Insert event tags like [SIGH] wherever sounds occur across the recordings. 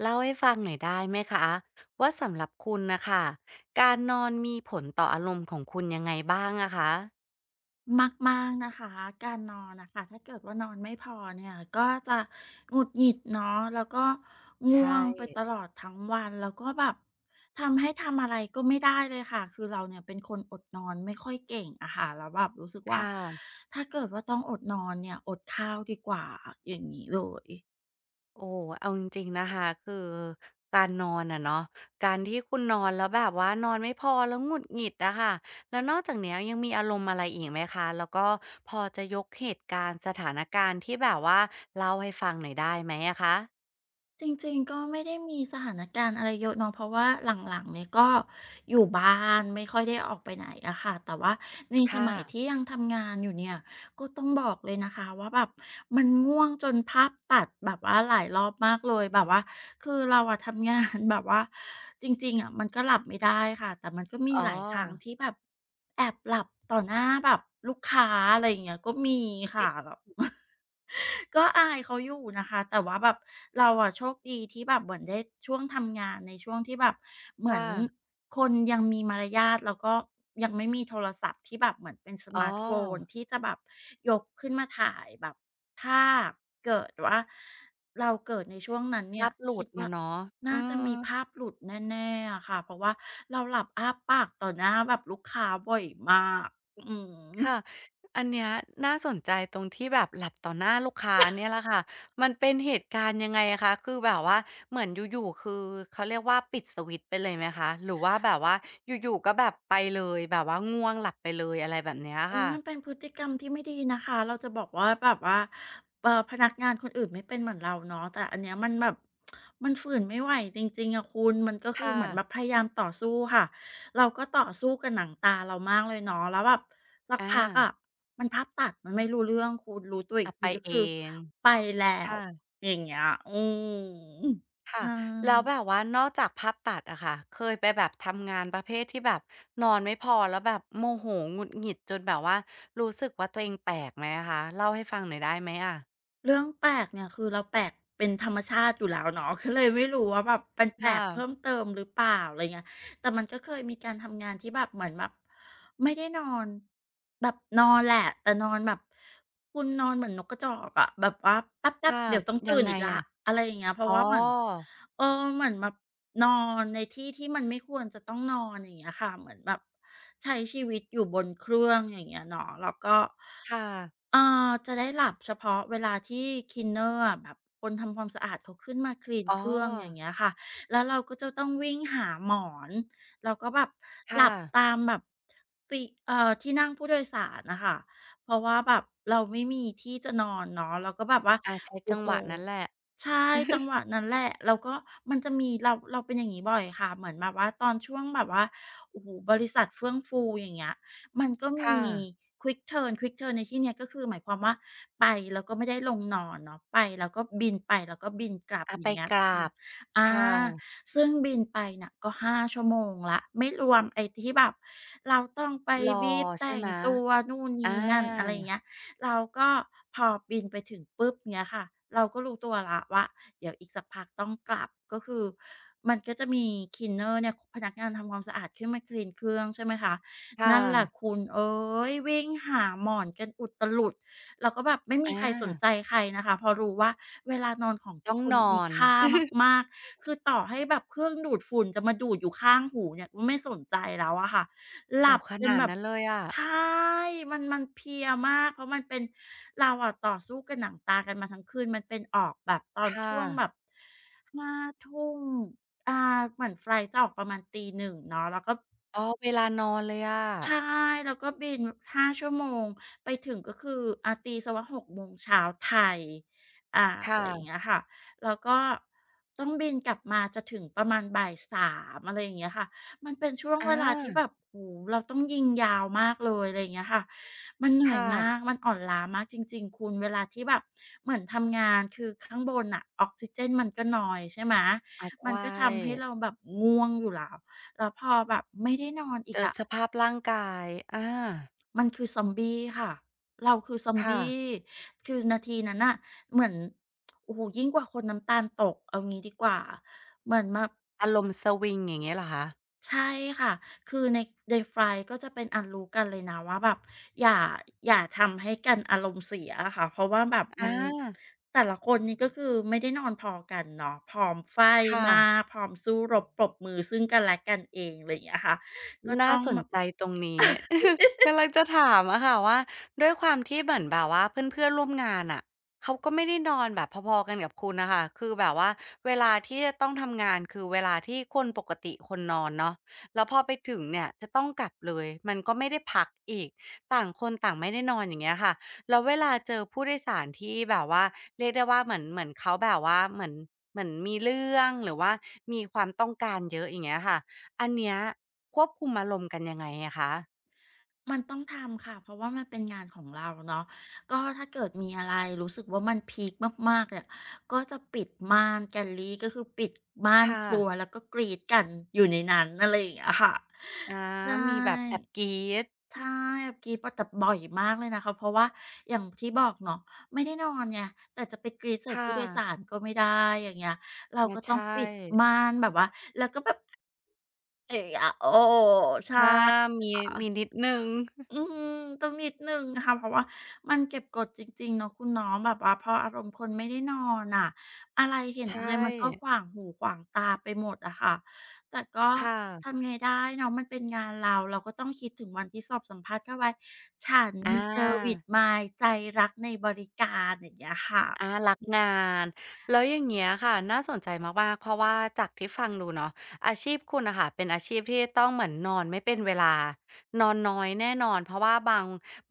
เล่าให้ฟังหน่อยได้ไหมคะว่าสำหรับคุณนะค่ะการนอนมีผลต่ออารมณ์ของคุณยังไงบ้างอะคะมากๆนะคะการนอนน่ะค่ะถ้าเกิดว่านอนไม่พอเนี่ยก็จะหงุดหงิดเนาะแล้วก็ใช่ง่วงไปตลอดทั้งวันแล้วก็แบบทำให้ทำอะไรก็ไม่ได้เลยค่ะคือเราเนี่ยเป็นคนอดนอนไม่ค่อยเก่งอะค่ะแล้วแบบรู้สึกว่าค่ะถ้าเกิดว่าต้องอดนอนเนี่ยอดข้าวดีกว่าอย่างงี้เลย โอ้โฮเอาจริงๆนะคะคือการนอนอะเนาะการที่คุณนอนแล้วแบบว่านอนไม่พอแล้วหงุดหงิดอะค่ะแล้วนอกจากเนี้ยยังมีอารมณ์อะไรอีกไหมคะแล้วก็พอจะยกเหตุการณ์สถานการณ์ที่แบบว่าเล่าให้ฟังหน่อยได้ไหมอะคะจริงๆก็ไม่ได้มีสถานการณ์อะไรเยอะเนาะเพราะว่าหลังๆเนี่ยก็อยู่บ้านไม่ค่อยได้ออกไปไหนอะค่ะแต่ว่าในสค่ะมัยที่ยังทำงานอยู่เนี่ยก็ต้องบอกเลยนะคะว่าแบบมันง่วงจนภาพตัดแบบว่าหลายรอบมากเลยแบบว่าคือเราอะทำงานแบบว่าจริงๆอะมันก็หลับไม่ได้ค่ะแต่มันก็มีอ๋อหลายครั้งที่แบบแอบหลับต่อหน้าแบบลูกค้าอะไรอย่างเงี้ยก็มีจริค่ะงแบบ [LAUGHS] ก็อายเขาอยู่นะคะแต่ว่าแบบเราอะโชคดีที่แบบเหมือนได้ช่วงทำงานในช่วงที่แบบเหมือนค่ะคนยังมีมารยาทแล้วก็ยังไม่มีโทรศัพท์ที่แบบเหมือนเป็นสอ๋อ มาร์ทโฟนที่จะแบบยกขึ้นมาถ่ายแบบถ้าเกิดว่าเราเกิดในช่วงนั้นเนี่ลัยบหลุคิดดเนว่ายเนาะเอน่าจะอมีภาพหลุดแน่ๆอะค่ะเพราะว่าเราหลับอ้าปากต่อหน้าแบบลูกค้าบ่อยมากอืม ค่ะ อันเนี้ยน่าสนใจตรงที่แบบหลับต่อหน้าลูกค้าเนี่ยแหละค่ะมันเป็นเหตุการณ์ยังไงอะคะคือแบบว่าเหมือนอยู่ๆคือเขาเรียกว่าปิดสวิตช์ไปเลยไหมคะ หรือว่าแบบว่าอยู่ๆก็แบบไปเลยแบบว่าง่วงหลับไปเลยอะไรแบบเนี้ยอุ๊ยค่ะมันเป็นพฤติกรรมที่ไม่ดีนะคะเราจะบอกว่าแบบว่าพนักงานคนอื่นไม่เป็นเหมือนเราเนาะแต่อันเนี้ยมันแบบมันฝืนไม่ไหวจริงๆอะคุณมันก็คือค่ะเหมือนแบบพยายามต่อสู้ค่ะเราก็ต่อสู้กับหนังตาเรามากเลยเนาะแล้วแบบสักอาพักอะมันภาพตัดมันไม่รู้เรื่องคุณรู้ตัวอีอะกไปทีก็เอคืองไปแล้วค่ะ อย่างเงี้ยอืมใชค่ะแล้ว่ แบบว่านอกจากภาพตัดอะค่ะเคยไปแบบทำงานประเภทที่แบบนอนไม่พอแล้วแบบโมโหหงุดหงิดจนแบบว่ารู้สึกว่าตัวเองแปลกไหมอะคะเล่าให้ฟังหน่อยได้ไหมอะเรื่องแปลกเนี่ยคือเราแปลกเป็นธรรมชาติอยู่แล้วเนาะ [LAUGHS] ก็เลยไม่รู้ว่าแบบมันแปลค่ะกเพิ่มเติมหรือเปล่าอะไรเงี้ยแต่มันก็เคยมีการทำงานที่แบบเหมือนแบบไม่ได้นอนแบบนอนแหละแต่นอนแบบคุณนอนเหมือนนกกระจอกอะแบบว่าแป๊บค่ะๆเดี๋ยวต้องยัตื่งนไงอีกแล้วอะอะไรอย่างเงี้ยเพอ๋อราะว่าเหมือนเออเหมือนแบบนอนในที่ที่มันไม่ควรจะต้องนอนอย่างเงี้ยค่ะเหมือนแบบใช้ชีวิตอยู่บนเครื่องอย่างเงี้ยเนาะแล้วก็ ค่ะเอ่จะได้หลับเฉพาะเวลาที่ cleaner อะแบบคนทำความสะอาดเขาขึ้นมาคลีนอ๋เครื่องอย่างอเงี้ยค่ะแล้วเราก็จะต้องวิ่งหาหมอนแล้วก็แบบหค่ะลับตามแบบติเอ่อที่นั่งผู้โดยสารน่ะค่ะเพราะว่าแบบเราไม่มีที่จะนอนเนาะเราก็แบบว่าอาใช้โอ้จังโฮหวะนั้นแหละใช่จังหวะนั้นแหละแล้วก็มันจะมีเราเป็นอย่างงี้บ่อยค่ะเหมือนแบบว่าตอนช่วงแบบว่าโอ้โฮบริษัทเฟื่องฟูอย่างเงี้ย มันก็มี ค่ะ Quick Turn Quick Turn ในที่เนี้ยก็คือหมายความว่าไปแล้วก็ไม่ได้ลงนอนเนาะไปแล้วก็บินไปแล้วก็บินกลับอาอไปย่างเงี้ยกอืรามบอาค่ะซึ่งบินไปน่ะก็5ชั่วโมงแล้วไม่รวมไอ้ที่แบบเราต้องไปรอบีฟใช่แต่งไหมตัวนู่นอานี่นั่นอะไรอย่างเงี้ยเราก็พอบินไปถึงปุ๊บเงี้ยค่ะเราก็รู้ตัวแล้วว่าเดี๋ยวอีกสักพักต้องกลับก็คือมันก็จะมี cleaner เนี่ยพนักงานทำความสะอาดขึ้นมาคลีนเครื่องใช่ไหมคะ ค่ะนั่นแหละคุณเอ๊ยวิ่งหาหมอนกันอุตลุดแล้วก็แบบไม่มีอใครสนาใจใครนะคะเพราะรู้ว่าเวลานอนของทุต้กองคนนอมีนค่ามากๆคือต่อให้แบบเครื่องดูดฝุ่นจะมาดูดอยู่ข้างหูเนี่ยก็ไม่สนใจแล้วอะค่ะหโอ้ลับขเป็นนาดแบบนั้นเลยอะใช่มันเพลียมากเพราะมันเป็นเราอะต่อสู้กับหนังตากันมาทั้งคืนมันเป็นออกแบบตอนค่ะ ช่วงแบบ5 ทุ่มอาเหมือนไฟลต์จะออกประมาณตี 1เนาะแล้วก็ อ๋อเวลานอนเลยอะใช่แล้วก็บิน5ชั่วโมงไปถึงก็คืออ่าตีเสียว่า6โมงเช้าไทยอ่าอะไรอย่างค่ะเงี้ยค่ะแล้วก็ต้องบินกลับมาจะถึงประมาณบ่าย3อะไรอย่างเงี้ยค่ะมันเป็นช่วงอเวลาที่แบบาโอ้โฮเราต้องยิงยาวมากเลยอะไรอย่างเงี้ยค่ะมันเหคนื่อยมาก่ะมันอ่อนล้ามากจริงๆคุณเวลาที่แบบเหมือนทำงานคือข้างบนน่ะออกซิเจนมันก็น้อยใช่ไหมอาใชมันก็ทำให้่เราแบบง่วงอยู่แล้วแล้วพอแบบไม่ได้นอนอีเจกออะ สภาพร่างกายอามันคือซอมบี้ค่ะ เราคือซอมค่ะ บี้คือนาทีนั้นน่ะเหมือน โอ้โฮยิ่งกว่าคนน้ำตาลตกเอางี้ดีกว่า เหมือนแบบอารมณ์สวิงอย่างเงี้ยเหรอคะใช่ค่ะคือในไฟล์ก็จะเป็นอันรู้กันเลยนะว่าแบบอย่า อย่าทำให้กันอารมณ์เสียอะค่ะเพราะว่าแบบอมันาแต่ละคนนี่ก็คือไม่ได้นอนพอกันเนาะผอมไฟ่ค่ะ มากผอมสู้รบปรบมือซึ่งกันและกันเองอะไรอย่างเงี้ยค่ะก็ต้น่าองสนแบบ ใจตรงนี้ [LAUGHS] กำลังจะถามอะค่ะว่าด้วยความที่เหมือนแบบว่าเพื่อนๆร่วมงานอะเขาก็ไม่ได้นอนแบบพอๆกันกับคุณนะค่ะคือแบบว่าเวลาที่จะต้องทำงานคือเวลาที่คนปกติคนนอนเนาะแล้วพอไปถึงเนี่ยจะต้องกลับเลยมันก็ไม่ได้พักอีกต่างคนต่างไม่ได้นอนอย่างเงี้ยค่ะแล้วเวลาเจอผู้โดยสารที่แบบว่าเรียกได้ว่าเหมือนเขาแบบว่าเหมือนมีเรื่องหรือว่ามีความต้องการเยอะอย่างเงี้ยค่ะ อันเนี้ยควบคุมอารมณ์กันยังไงอะคะ มันต้องทำค่ะเพราะว่ามันเป็นงานของเราเนาะก็ถ้าเกิดมีอะไรรู้สึกว่ามันพีกมากๆเนี่ยก็จะปิดม่าน g a ลลี r ก็คือปิดม่านค่ะครัวแล้วก็กรี๊ดกันอยู่ในนั้นอะไรอย่างเงี้ยค่ะอาใชมีแบบแอ่บกรี๊ดใช่กรี๊ดแบบแต่บ่อยมากเลยนะคะเพราะว่าอย่างที่บอกเนาะไม่ได้นอนไงแต่จะไปกรี๊ดใส่ผู้ค่ะโดยสารก็ไม่ได้อย่างเงี้ยเราอาก็ต้องใช่ปิดม่านแบบว่าแล้วก็แบบเอะอะโอ้ใช่ อามีมีนิดหนึ่งอืมต้องนิดหนึ่งค่ะเพราะว่ามันเก็บกดจริงๆเนาะคุณเนองแบบว่าพออารมณ์คนไม่ได้นอนอ่ะอะไรเห็นใชอะไร่ มันก็ขวางหูขวางตาไปหมดอะค่ะแต่ก็ค่ะทำไงได้เนาะมันเป็นงานเราเราก็ต้องคิดถึงวันที่สอบสัมภาษณ์เข้าไว้ฉันอมีเซอร์วิสา มายใจรักในบริการอย่างเงี้ยอาค่ะ รักงานแล้วอย่างเงี้ยค่ะน่าสนใจมากๆเพราะว่าจากที่ฟังดูเนาะอาชีพคุณนะคะเป็นอาชีพที่ต้องเหมือนนอนไม่เป็นเวลานอนน้อยแน่นอนเพราะว่า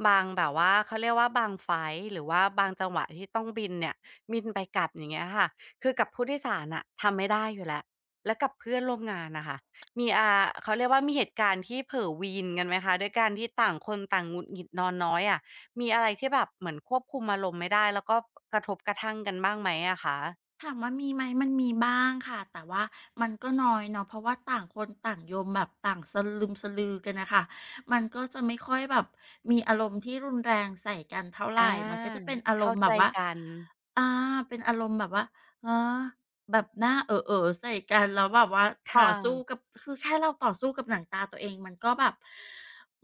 บางแบบว่าเขาเรียกว่าบางไฟล์หรือว่าบางจังหวะที่ต้องบินเนี่ยบินไปกลับอย่างเงี้ยค่ะคือกับผู้โดยสารนะทำไม่ได้อยู่แล้วแล้วกับเพื่อนร่วมงานนะคะมีอาเขาเรียกว่ามีเหตุการณ์ที่เผลอวีนกันไหมคะด้วยการที่ต่างคนต่างหงุดหงิดนอนน้อยอะ มีอะไรที่แบบเหมือนควบคุมอารมณ์ไม่ได้แล้วก็กระทบกระทั่งกันบ้างไหมอะคะถามว่ามีไหมมันมีบ้างค่ะแต่ว่ามันก็น้อยเนาะเพราะว่าต่างคนต่างโยมแบบต่างสลึมสลือกันนะค่ะมันก็จะไม่ค่อยแบบมีอารมณ์ที่รุนแรงใส่กันเท่าไหรอามันก็จะเป็นอารเข้ามณ์แบใจบว่ากัน อาเป็นอารมณ์แบบว่าเออแบบหน้าเออเออใส่กันแล้วแบบว่าต่อค่ะ สู้กับคือแค่เราต่อสู้กับหนังตาตัวเองมันก็แบบ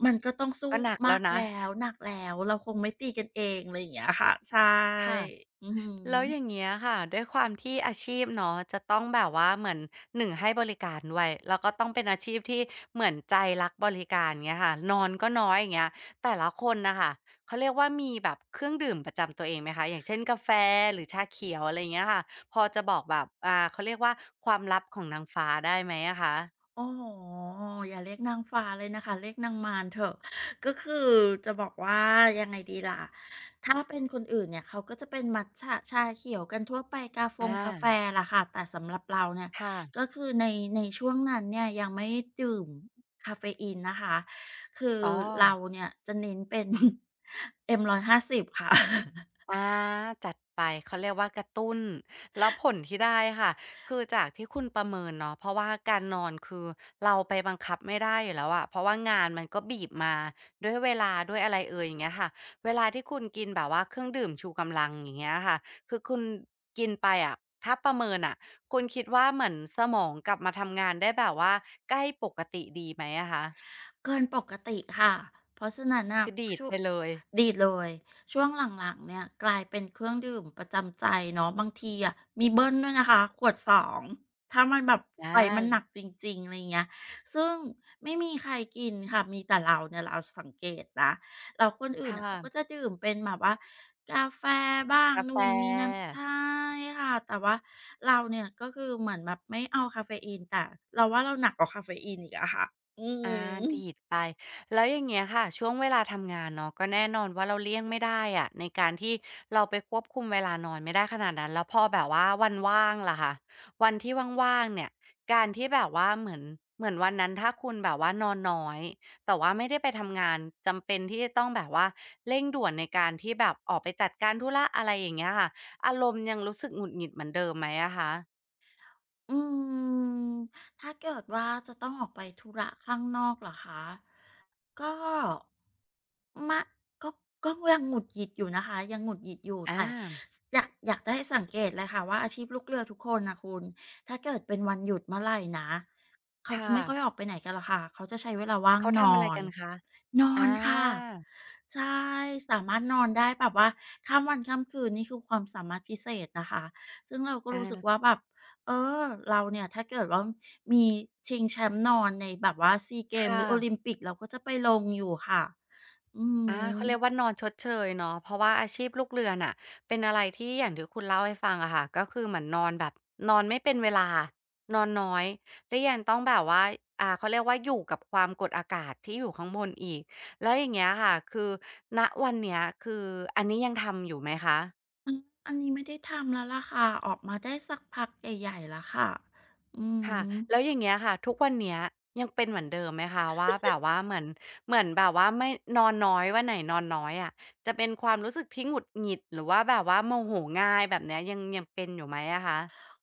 มันก็ต้องสู้ก็หนักแล้มาวกนะ แล้วหนักแล้วเราคงไม่ตีกันเองอะไรอย่างเงี้ยค่ะใช่ค่ะ อือหือ แล้วอย่างเงี้ยค่ะด้วยความที่อาชีพเนาะจะต้องแบบว่าเหมือนหนึ่งให้บริการด้วยแล้วก็ต้องเป็นอาชีพที่เหมือนใจรักบริการเงี้ยค่ะนอนก็น้อยอย่างเงี้ยแต่ละคนนะคะเขาเรียกว่ามีแบบเครื่องดื่มประจำตัวเองไหมคะอย่างเช่นกาแฟหรือชาเขียวอะไรเงี้ยค่ะพอจะบอกแบบอ่าเขาเรียกว่าความลับของนางฟ้าได้ไหมอะคะโอ้โหอย่าเรียกนางฟ้าเลยนะคะเรียกนางมารเถอะก็คือจะบอกว่ายังไงดีล่ะถ้าเป็นคนอื่นเนี่ยเขาก็จะเป็นมัทจะชาเขียวกันทั่วไปกาฟงอากาแฟล่ะค่ะแต่สำหรับเราเนี่ยค่ะก็คือในช่วงนั้นเนี่ยยังไม่ดื่มคาเฟอีนนะคะคืออ๋อ เราเนี่ยจะเน้นเป็นม150ค่ะ อาจัดไปเขาเรียกว่ากระตุ้นแล้วผลที่ได้ค่ะคือจากที่คุณประเมินเนาะเพราะว่าการนอนคือเราไปบังคับไม่ได้อยู่แล้วอะเพราะว่างานมันก็บีบมาด้วยเวลาด้วยอะไรเอยอย่างเงี้ยค่ะเวลาที่คุณกินแบบว่าเครื่องดื่มชูกำลังอย่างเงี้ยค่ะคือคุณกินไปอะถ้าประเมินน่ะคุณคิดว่าเหมือนสมองกลับมาทำงานได้แบบว่าใกล้ปกติดีไหมอะคะเกินปกติค่ะเพราะฉะนั้นน่ะคือดีดช่วไปเลยดีดเลยช่วงหลังๆเนี่ยกลายเป็นเครื่องดื่มประจำใจเนาะบางทีอะมีเบิ้ลด้วยนะคะขวดสองถ้ามันแบบไฟอามันหนักจริงๆอะไรเงี้ยซึ่งไม่มีใครกินค่ะมีแต่เราเนี่ยเราสังเกตนะแล้วคนคอื่นน่ะ่ะเขาก็จะดื่มเป็นแบบว่ากาแฟบ้างกาแฟ นู่นนี่นั่นใช่ค่ะแต่ว่าเราเนี่ยก็คือเหมือนแบบไม่เอากาเฟอีนแต่เราว่าเราหนักกว่ากาเฟอีนอีกอะค่ะอือฮอาดีึ ดไปแล้วอย่างเงี้ยค่ะช่วงเวลาทำงานเนาะก็แน่นอนว่าเราเลี่ยงไม่ได้อะในการที่เราไปควบคุมเวลานอนไม่ได้ขนาดนั้นแล้วพอแบบว่าวันว่างล่ะคะวันที่ว่างๆเนี่ยการที่แบบว่าเหมือนวันนั้นถ้าคุณแบบว่านอนน้อยแต่ว่าไม่ได้ไปทำงานจำเป็นที่จะต้องแบบว่าเร่งด่วนในการที่แบบออกไปจัดการธุระอะไรอย่างเงี้ยค่ะอารมณ์ยังรู้สึกหงุดหงิดเหมือนเดิมไหมอะคะอืมถ้าเกิดว่าจะต้องออกไปธุระข้างนอกเหรอคะก็มะก็ก็ยังหงุดหงิดอยู่นะคะยังหงุดหงิดอยู่อาแต่สอยากอยากจะให้สังเกตเลยค่ะว่าอาชีพลูกเรือทุกคนน่ะคุณถ้าเกิดเป็นวันหยุดเมื่อไรนะเขาจะค่ะไม่ค่อยออกไปไหนกันหรอกค่ะเขาจะใช้เวลาว่างเขานทำอะอไรน กันคะนออานค่ะใช่สามารถนอนได้แบบว่าข้ามวันข้ามคืนนี่คือความสามารถพิเศษนะคะซึ่งเราก็อา รู้สึกว่าแบบเออเราเนี่ยถ้าเกิดว่ามีชิงแชมป์นอนในแบบว่าซีเกมหรืค่ะอโอลิมปิกเราก็จะไปลงอยู่ค่ะอืมเขาเรียกว่านอนชดเชยเนาะเพราะว่าอาชีพลูกเรือน่ะเป็นอะไรที่อย่างที่คุณเล่าให้ฟังอะค่ะก็คือเหมือนนอนแบบนอนไม่เป็นเวลา นอนน้อยและยังต้องแบบว่าเขาเรียกว่าอยู่กับความกดอากาศที่อยู่ข้างบนอีก แล้วอย่างเงี้ยค่ะคือณวันเนี้ยคืออันนี้ยังทำอยู่ไหมคะ อืมอันนี้ไม่ได้ทำแล้วล่ะค่ะออกมาได้สักพักใหญ่ๆแล้วค่ะอืค่ะม แล้วอย่างเงี้ยค่ะทุกวันเนี้ยยังเป็นเหมือนเดิมไหมคะว่าแบบว่าเหมือนแบบว่าไม่นอนน้อยวันไหนนอนน้อยอะจะเป็นความรู้สึกที่หงุดหงิดหรือว่าแบบว่าโมโหง่ายแบบเนี้ยยังเป็นอยู่ไหมอะคะ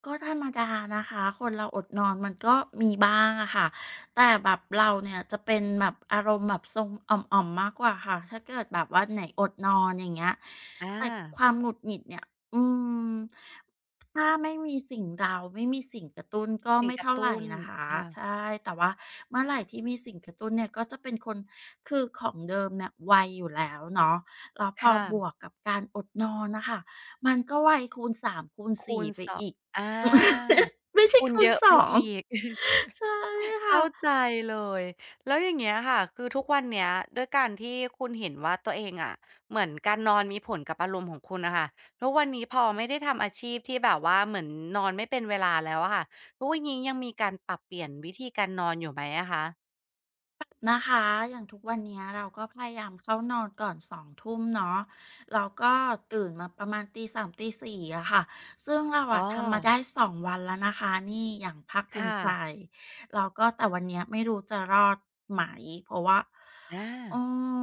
ก็ธรรมดานะคะคนเราอดนอนมันก็มีบ้างอะค่ะแต่แบบเราเนี่ยจะเป็นแบบอารมณ์แบบทรงอ่อมๆมากกว่าค่ะถ้าเกิดแบบว่าไหนอดนอนอย่างเงี้ยอาแต่ความหงุดหงิดเนี่ยอืมถ้าไม่มีสิ่งเราไม่มีสิ่งกระตุ้นก็สิ่งไม่กระเท่าไหรตุ้นนะคะค่ะใช่แต่ว่าเมื่อไหร่ที่มีสิ่งกระตุ้นเนี่ยก็จะเป็นคนคือของเดิมเนี่ยไวอยู่แล้วเนาะแล้วพอค่ะบวกกับการอดนอนนะคะมันก็ไวคูณสามคูณคูสี่ณไป2องอีก อาไม่ใช่คูณคูณเยอะสไปองอีก [LAUGHS] ใช่ค่ะเข้าใจเลยแล้วอย่างเงี้ยค่ะคือทุกวันเนี้ยด้วยการที่คุณเห็นว่าตัวเองอะเหมือนการนอนมีผลกับอารมณ์ของคุณน่ะค่ะทุกวันนี้พอไม่ได้ทำอาชีพที่แบบว่าเหมือนนอนไม่เป็นเวลาแล้วอะค่ะทุกวันนี้ยังมีการปรับเปลี่ยนวิธีการนอนอยู่ไหมอะคะนะคะอย่างทุกวันเนี้ยเราก็พยายามเข้านอนก่อน20:00เนาะแล้วก็ตื่นมาประมาณตีสามตี4อะค่ะซึ่งเราอ๋อะอทำมาได้2 วันแล้วนะคะนี่อย่างภาคภูมิค่ะใจแล้วก็แต่วันเนี้ยไม่รู้จะรอดไหมเพราะว่าอือา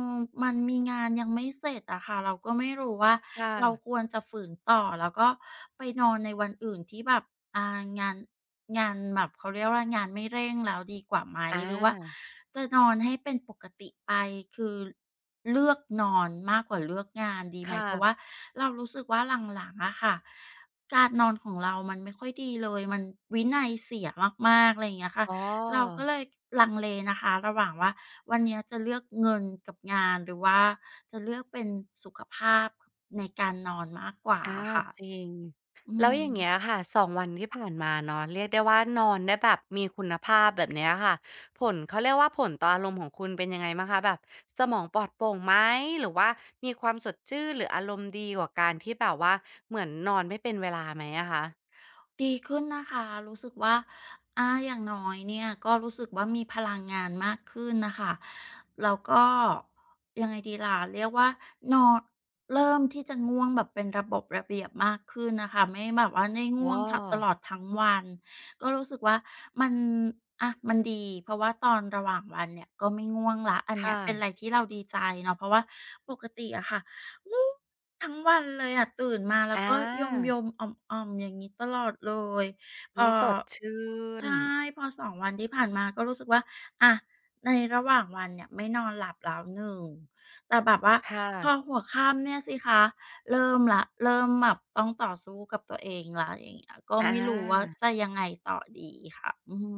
มมันมีงานยังไม่เสร็จอะค่ะเราก็ไม่รู้ว่าค่ะเราควรจะฝืนต่อแล้วก็ไปนอนในวันอื่นที่แบบ อางานงานแบบเขาเรียกว่างานไม่เร่งแล้วดีกว่าไหมอหรือว่าาจะนอนให้เป็นปกติไปคือเลือกนอนมากกว่าเลือกงานดีไหมค่ะเพราะว่าเรารู้สึกว่าหลังๆอะค่ะการนอนของเรามันไม่ค่อยดีเลยมันวินัยเสียมากๆอะไรอย่างเงี้ยค่ะอ๋อ เราก็เลยลังเลนะคะระหว่างว่าวันเนี้ยจะเลือกเงินกับงานหรือว่าจะเลือกเป็นสุขภาพในการนอนมากกว่าอาอะจค่ะริงอืแล้วอย่างเงี้ยม ค่ะ2วันที่ผ่านมาเนาะเรียกได้ว่านอนได้แบบมีคุณภาพแบบเนี้ยค่ะผลเขาเรียกว่าผลต่ออารมณ์ของคุณเป็นยังไงบ้างคะแบบสมองปลอดโปร่งไหมหรือว่ามีความสดชื่นหรืออารมณ์ดีกว่าการที่แบบว่าเหมือนนอนไม่เป็นเวลาไหมอะคะดีขึ้นนะคะรู้สึกว่าอาอย่างน้อยเนี่ยก็รู้สึกว่ามีพลังงานมากขึ้นน่ะค่ะแล้วก็ยังไงดีล่ะเรียกว่านอนเริ่มที่จะง่วงแบบเป็นระบบระเบียบมากขึ้นน่ะค่ะไม่แบบว่าได้ง่อ๋อวงทตลอดทั้งวันก็รู้สึกว่ามันอะมันดีเพราะว่าตอนระหว่างวันเนี่ยก็ไม่ง่วงแล้วอันเนี้ยค่ะเป็นอะไรที่เราดีใจเนาะเพราะว่าปกติอะค่ะง่วง ทั้งวันเลยอะตื่นมาแล้อวก็ยามๆอ่อมๆอย่างงี้ตลอดเลยพอไม่สดชื่นใช่พอ2 วันที่ผ่านมาก็รู้สึกว่าอะในระหว่างวันเนี่ยไม่นอนหลับแล้ว1แต่แบบว่าคพอ่ะหัวค่ำเนี่ยสิคะเริ่มแล้วเริ่มแบบต้องต่อสู้กับตัวเองแล้วอย่างเงี้ยก็อไม่รู้ว่าา จะยังไงต่อดีค่ะอือฮึ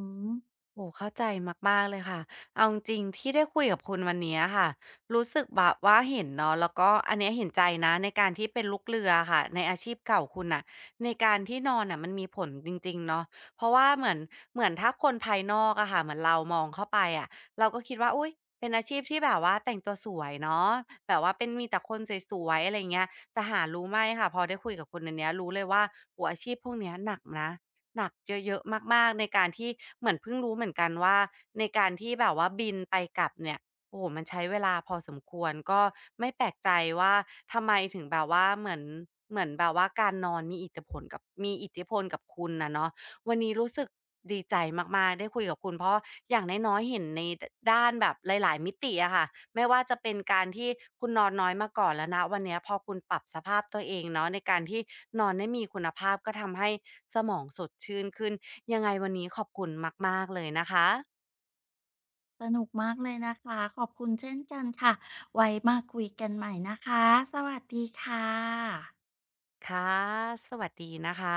โอ้เข้าใจมากๆเลยค่ะเอาจริงๆที่ได้คุยกับคุณวันนี้ค่ะรู้สึกแบบว่าเห็นเนาะแล้วก็อันเนี้ยเห็นใจนะในการที่เป็นลูกเรือค่ะในอาชีพเก่าคุณน่ะในการที่นอนน่ะมันมีผลจริงๆเนาะเพราะว่าเหมือนถ้าคนภายนอกอะค่ะเหมือนเรามองเข้าไปอะเราก็คิดว่าอุ๊ยเป็นอาชีพที่แบบว่าแต่งตัวสวยเนาะแบบว่าเป็นมีแต่คนสวยๆอะไรเงี้ยแต่หารู้ไหมค่ะพอได้คุยกับคุณอันเนี้ยรู้เลยว่าโอ้อาชีพพวกเนี้ยหนักนะ หนักเยอะๆมากๆในการที่เหมือนเพิ่งรู้เหมือนกันว่าในการที่แบบว่าบินไปกลับเนี่ยโอ้โฮมันใช้เวลาพอสมควรก็ไม่แปลกใจว่าทำไมถึงแบบว่าเหมือนแบบว่าการนอนมีอิทธิพลกับคุณน่ะเนาะ วันนี้รู้สึกดีใจมากๆได้คุยกับคุณเพราะอย่างน้อยๆเห็นดด้านแบบหลายๆมิติอะค่ะไม่ว่าจะเป็นการที่คุณนอนน้อยมาก่อนแล้วณวันเนี้ยพอคุณปรับสภาพตัวเองเนาะในการที่นอนได้มีคุณภาพก็ทำให้สมองสดชื่นขึ้นยังไงวันนี้ขอบคุณมากๆเลยนะคะสนุกมากเลยนะคะขอบคุณเช่นกันค่ะไว้มาคุยกันใหม่นะคะสวัสดีค่ะค่ะสวัสดีนะคะ